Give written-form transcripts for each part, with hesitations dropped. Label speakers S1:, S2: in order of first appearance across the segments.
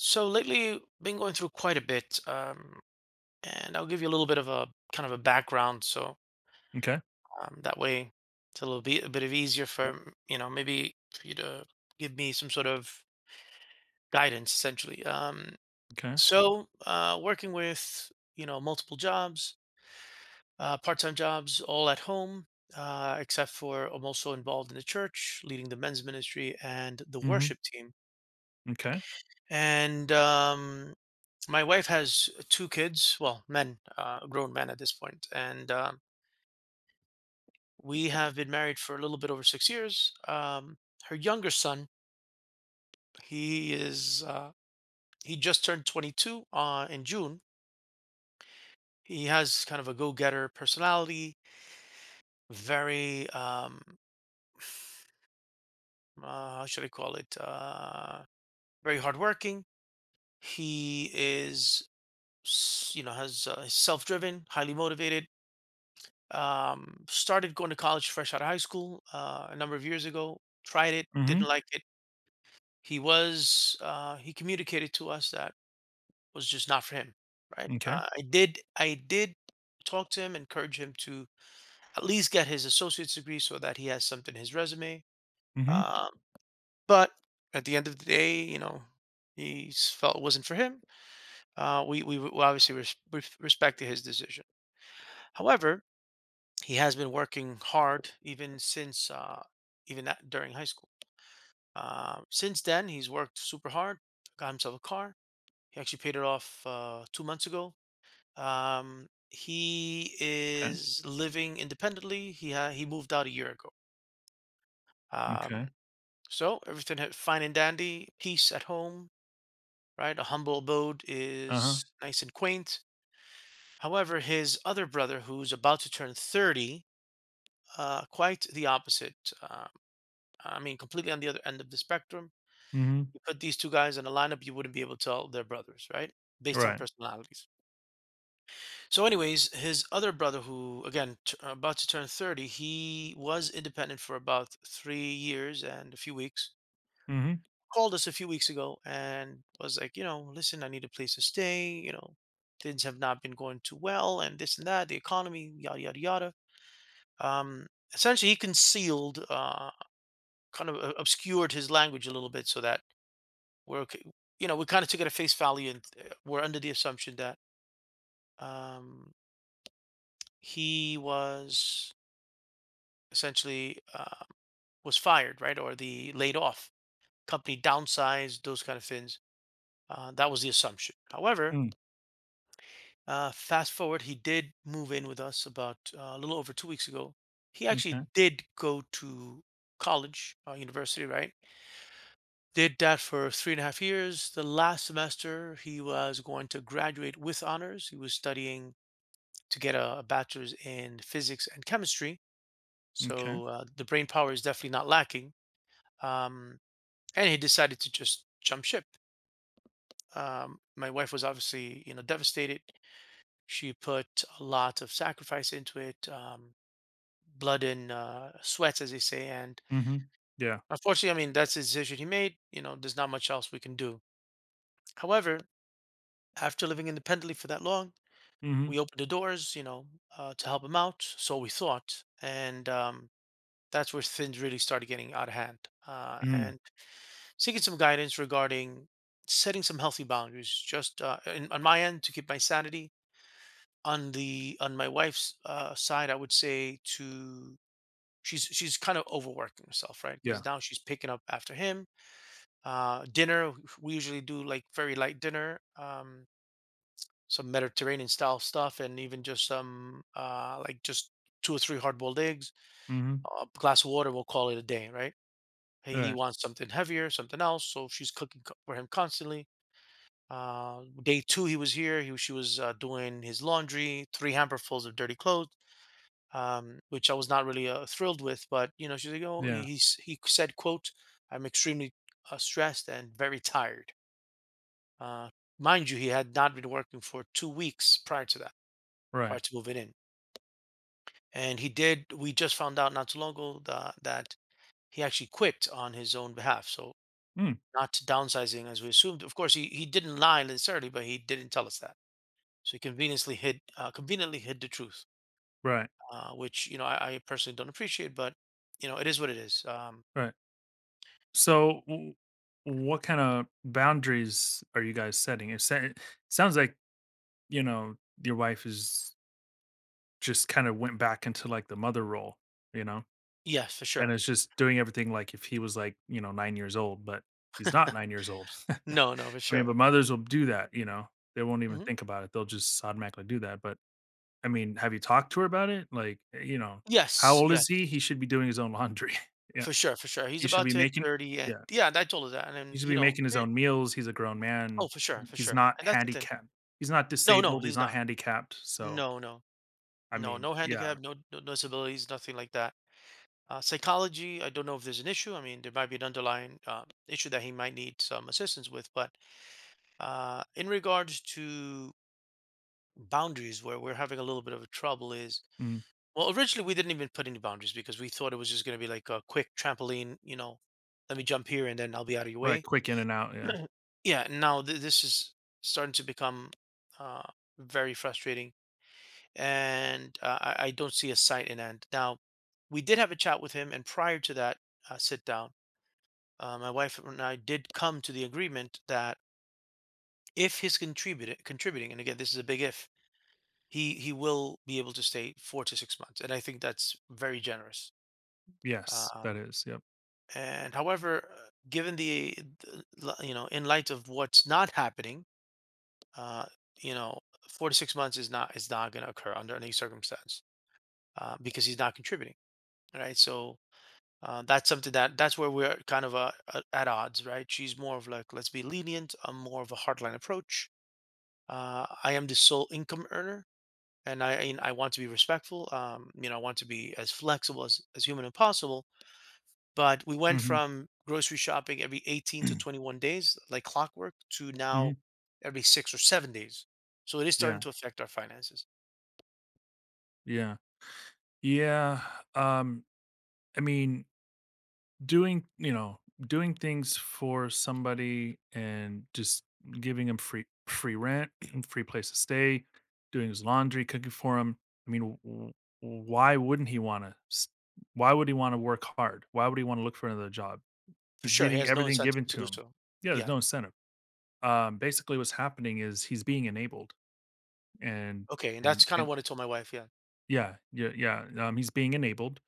S1: So lately, been going through quite a bit, and I'll give you a little bit of a kind of a background, so
S2: Okay.
S1: that way it's a bit of easier for you know maybe for you to give me some sort of guidance essentially. Um,
S2: Okay.
S1: so uh, working with you know multiple jobs, part-time jobs, all at home, except for I'm also involved in the church, leading the men's ministry and the
S2: Mhm.
S1: worship team.
S2: Okay.
S1: And my wife has two kids, well, men, grown men at this point. And we have been married for a little bit over 6 years. Her younger son, he is he just turned 22 in June. He has kind of a go-getter personality, very how should I call it, very hardworking. He is you know has self-driven, highly motivated. Started going to college fresh out of high school a number of years ago. Tried it,
S2: Mhm.
S1: didn't like it. He was he communicated to us that was just not for him, right?
S2: Okay.
S1: I did talk to him, encourage him to at least get his associate's degree so that he has something in his resume.
S2: Mhm.
S1: Um, but at the end of the day, you know, he felt it wasn't for him. We obviously respected his decision. However, he has been working hard even since even that during high school. Since then, he's worked super hard. Got himself a car. He actually paid it off 2 months ago. He
S2: Okay.
S1: is living independently. He moved out a year ago. Um,
S2: Okay.
S1: so everything had fine and dandy. Peace at home. Right, a humble abode
S2: Uh-huh.
S1: is nice and quaint. However, his other brother, who's about to turn 30, quite the opposite. Uh, I mean, completely on the other end of the spectrum.
S2: Mhm.
S1: You put these two guys in a lineup, you wouldn't be able to tell they're brothers, right? Based on
S2: Right.
S1: personalities. So, anyways, his other brother, who again about to turn 30, he was independent for about 3 years and a few weeks.
S2: Mhm.
S1: Called us a few weeks ago and was like, you know, listen, I need a place to stay. You know, things have not been going too well, and this and that, the economy, yada yada yada. Um, Essentially, he concealed, kind of obscured his language a little bit so that we're okay. You know, we kind of took it at face value, and we're under the assumption that um, he was essentially was fired, right, or the laid off company downsized, those kind of things. That was the assumption. However,
S2: Mm.
S1: fast forward, he did move in with us about a little over 2 weeks ago. He
S2: Okay.
S1: actually did go to college, university, right? Did that for three and a half years. The last semester, he was going to graduate with honors. He was studying to get a bachelor's in physics and chemistry.
S2: Okay.
S1: So the brain power is definitely not lacking. Um, and he decided to just jump ship. My wife was obviously, you know, devastated. She put a lot of sacrifice into it, blood and sweats, as they say. And
S2: Mhm. Yeah.
S1: unfortunately, I mean, that's the decision he made. You know, there's not much else we can do. However, after living independently for that long,
S2: Mhm.
S1: we opened the doors, you know, to help him out. So we thought. And that's where things really started getting out of hand. Uh,
S2: Mm.
S1: and seeking some guidance regarding setting some healthy boundaries, just on my end to keep my sanity. On the on my wife's side, I would say to she's kind of overworking herself, right?
S2: Yeah.
S1: Because now she's picking up after him. Dinner, we usually do like very light dinner, some Mediterranean style stuff, and even just some like just two or three hard boiled eggs,
S2: Mhm.
S1: a glass of water. We'll call it a day, right? Hey, he
S2: Right.
S1: wants something heavier, something else. So she's cooking for him constantly. Day two, he was here. He, she was doing his laundry, three hamperfuls of dirty clothes, which I was not really thrilled with. But you know, she's like, "Oh," he
S2: Yeah.
S1: he s- he said, "quote I'm extremely stressed and very tired." Uh, mind you, he had not been working for 2 weeks prior to that, prior
S2: Right.
S1: to moving in, and he did. We just found out not too long ago that he actually quit on his own behalf. So
S2: Mm.
S1: not downsizing as we assumed. Of course, he didn't lie necessarily, but he didn't tell us that. So he conveniently hid the truth,
S2: Right.
S1: which you know I personally don't appreciate, but you know it is what it is.
S2: Right. So what kind of boundaries are you guys setting? It sounds like, you know, your wife is just kind of went back into like the mother role, you know?
S1: Yes, for
S2: And
S1: sure.
S2: it's just doing everything like if he was, like, you know, 9 years old, but he's not 9 years old. I
S1: No, no, for
S2: mean, but
S1: sure.
S2: mothers will do that, you know? They won't even
S1: Hmm.
S2: think about it. They'll just automatically do that, but, I mean, have you talked to her about it? Like, eh, you know, how
S1: Yes,
S2: old
S1: yes,
S2: is he? He should be doing his own laundry. Yeah.
S1: for sure, for sure. He's
S2: He should
S1: about
S2: be
S1: to hit
S2: making.
S1: 30, and
S2: Yeah.
S1: yeah, I told her that, and
S2: He
S1: then
S2: should
S1: you
S2: be
S1: know,
S2: making his
S1: here-
S2: own meals. He's a grown
S1: oh,
S2: man.
S1: for sure,
S2: He
S1: for
S2: he's
S1: sure.
S2: not
S1: And that's the thing.
S2: handicapped. He's not
S1: No, no,
S2: disabled. He's
S1: he's
S2: not
S1: not.
S2: handicapped. So,
S1: No, no,
S2: I
S1: no,
S2: mean,
S1: no
S2: yeah.
S1: handicap, no, no disabilities, nothing like that. Psychology, I don't know if there's an issue. I mean, there might be an underlying issue that he might need some assistance with. But in regards to boundaries, where we're having a little bit of a trouble is,
S2: Mhm.
S1: well, originally we didn't even put any boundaries because we thought it was just going to be like a quick trampoline, you know, let me jump here and then I'll be out of your
S2: Right,
S1: way.
S2: quick in and out, yeah.
S1: Yeah, now this is starting to become uh, very frustrating. And I don't see a sight in end. Now, we did have a chat with him, and prior to that sit down, my wife and I did come to the agreement that if he's contributing, contributing, and again, this is a big if, he will be able to stay 4 to 6 months, and I think that's very generous.
S2: Yes, that
S1: Um,
S2: is, yep.
S1: and however, given the you know, in light of what's not happening, uh, you know, 4 to 6 months is not going to occur under any circumstance because he's not contributing, right? So. That's something that that's where we're kind of at odds, right? She's more of like let's be lenient, I'm more of a hardline approach, I am the sole income earner, and I want to be respectful. You know, I want to be as flexible as humanly possible. But we went
S2: Mhm,
S1: from grocery shopping every 18 to 21 days, like clockwork, to now
S2: mhm.
S1: every 6 or 7 days. So it is starting
S2: Yeah,
S1: to affect our finances
S2: yeah. Yeah, um, I mean, doing you know, doing things for somebody and just giving him free rent, free place to stay, doing his laundry, cooking for him. I mean, w- why wouldn't he want to? Why would he want to work hard? Why would he want to look for another job?
S1: for
S2: He's
S1: sure. He
S2: getting
S1: has no
S2: everything given
S1: incentive to
S2: to
S1: do
S2: him.
S1: so.
S2: Yeah, there's
S1: Yeah.
S2: no incentive. Basically, what's happening is he's being enabled, and
S1: Okay. And
S2: and
S1: that's kind of
S2: and
S1: what I told my wife. Yeah.
S2: yeah, he's being enabled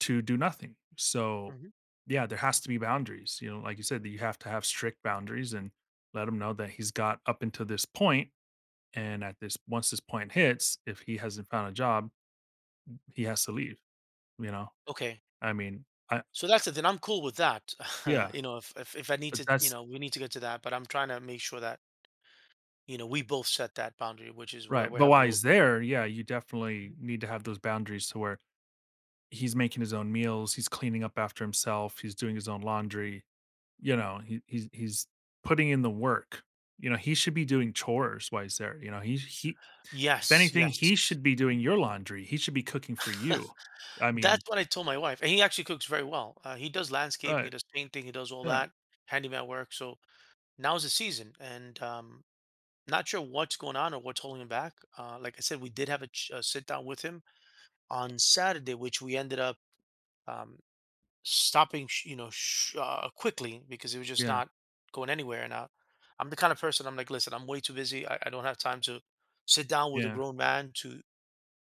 S2: to do nothing. So,
S1: Hmm.
S2: yeah, there has to be boundaries. You know, like you said, that you have to have strict boundaries and let him know that he's got up until this point, and at this once this point hits, if he hasn't found a job, he has to leave. You know,
S1: Okay.
S2: I mean, I
S1: So that's it. Then I'm cool with that.
S2: yeah,
S1: You know, if, if I need
S2: but
S1: to, you
S2: that's
S1: know, we need to get to that. But I'm trying to make sure that you know, we both set that boundary, which is where
S2: right.
S1: we're
S2: But
S1: having a
S2: while
S1: little
S2: he's
S1: bit of a
S2: there, yeah, you definitely
S1: mhm.
S2: need to have those boundaries to where he's making his own meals, he's cleaning up after himself, he's doing his own laundry. You know, he's putting in the work. You know, he should be doing chores while he's there, you know, he if
S1: Yes,
S2: anything,
S1: yes.
S2: he should be doing
S1: Mhm.
S2: your laundry, he should be cooking for you. I
S1: That's
S2: mean
S1: what I told my wife, and he actually cooks very well. He does landscaping,
S2: right,
S1: he does painting, he does all
S2: yeah,
S1: that handyman work. So now's the season, and not sure what's going on or what's holding him back. Like I said, we did have a, a sit down with him on Saturday, which we ended up um, stopping, you know, quickly because he was just
S2: yeah,
S1: not going anywhere. And I'm the kind of person I'm like, listen, I'm way too busy. I don't have time to sit down with a
S2: yeah,
S1: grown man to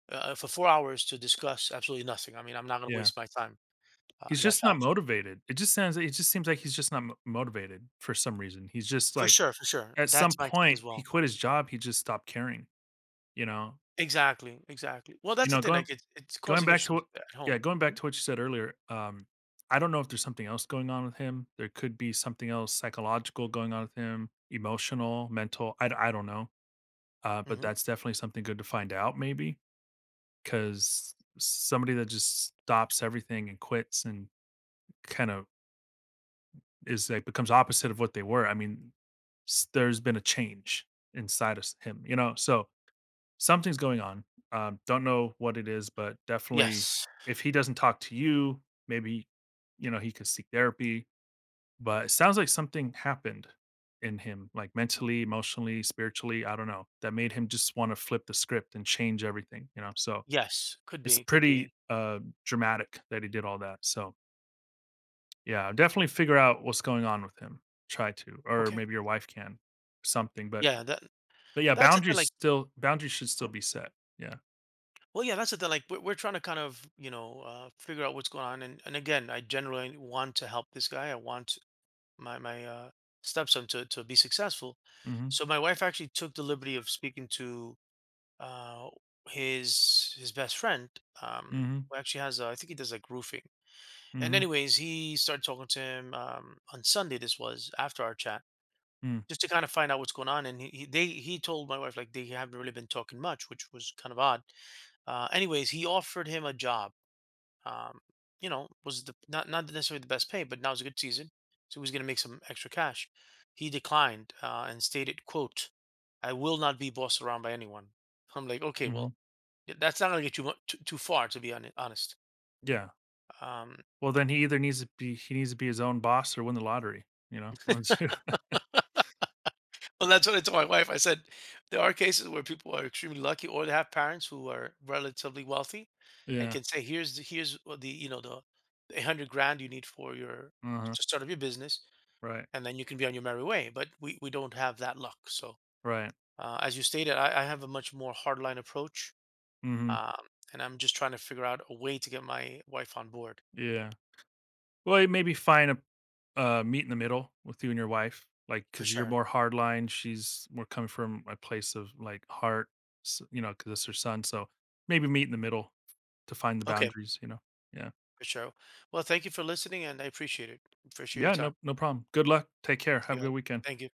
S1: for 4 hours to discuss absolutely nothing. I mean, I'm not going to
S2: yeah.
S1: waste my time
S2: He's
S1: in that
S2: just not
S1: fashion.
S2: motivated. It just seems like he's just not mo motivated for some reason. He's just
S1: For
S2: like
S1: sure, for sure.
S2: at some
S1: That's my take as
S2: point, he
S1: well.
S2: quit his job, he just stopped caring, you know?
S1: Exactly, exactly. Well,
S2: You
S1: that's the
S2: know,
S1: thing.
S2: going
S1: Like, it's
S2: Going
S1: causing
S2: back to
S1: issues
S2: what
S1: at
S2: yeah,
S1: home.
S2: going back to what you said earlier, I don't know if there's something else going on with him. There could be something else psychological going on with him, emotional, mental. I don't know. But
S1: Mhm.
S2: that's definitely something good to find out, maybe, because somebody that just stops everything and quits and kind of is like becomes opposite of what they were. I mean, there's been a change inside of him, you know? So something's going on. Don't know what it is, but definitely
S1: Yes.
S2: if he doesn't talk to you, maybe, you know, he could seek therapy, but it sounds like something happened in him, like mentally, emotionally, spiritually, I don't know, that made him just want to flip the script and change everything, you know? So,
S1: Yes. Could
S2: it's
S1: be, could
S2: pretty,
S1: be.
S2: dramatic that he did all that. So, yeah, definitely figure out what's going on with him. Try to, or
S1: Okay.
S2: maybe your wife can, something,
S1: Yeah, that
S2: but yeah,
S1: that's it. Thing,
S2: boundaries
S1: like,
S2: still boundaries should still
S1: mhm.
S2: be set. Yeah.
S1: Well, yeah, that's it. Thing, like, we're trying to kind of, you know, figure out what's going on, and again, I generally want to help this guy. I want my stepson to be successful.
S2: Mhm.
S1: So my wife actually took the liberty of speaking to, uh, his best friend,
S2: Mhm.
S1: who actually has a I think he does, like, roofing. And
S2: Mhm.
S1: anyways, he started talking to him on Sunday. This was after our chat,
S2: Mm,
S1: just to kind of find out what's going on. And he told my wife like they haven't really been talking much, which was kind of odd. Anyways, he offered him a job. Um, you know, was the not necessarily the best pay, but now was a good season, so he was going to make some extra cash. He declined and stated, "quote I will not be bossed around by anyone." I'm like, okay, well,
S2: mhm.
S1: that's not going to get you too, too far, to be honest.
S2: Yeah.
S1: Um,
S2: Well, then he needs to be his own boss or win the lottery, you know? 1 of the 2.
S1: Well, that's what I told my wife. I said, there are cases where people are extremely lucky or they have parents who are relatively wealthy and
S2: Yeah.
S1: can say, here's the, here's what the, you know, the 100 grand you need for your,
S2: Uh-huh.
S1: to start up your business.
S2: Right.
S1: And then you can be on your merry way. But we don't have that luck. So
S2: Right.
S1: as you stated, I have a much more hardline approach.
S2: Mhm.
S1: Um, and I'm just trying to figure out a way to get my wife on board
S2: Yeah. Well, maybe find a meet in the middle with you and your wife, like,
S1: for
S2: because 'cause you're
S1: sure.
S2: more hardline, she's more coming from a place of, like, heart, s you 'cause it's her son, so maybe meet in the middle to find the
S1: Okay.
S2: boundaries, you know? Yeah.
S1: For sure. Well, thank you for listening and I appreciate it. Appreciate your
S2: Yeah,
S1: time.
S2: no problem. Good luck. Take care. Have
S1: You
S2: a
S1: got
S2: good
S1: it.
S2: weekend.
S1: Thank you.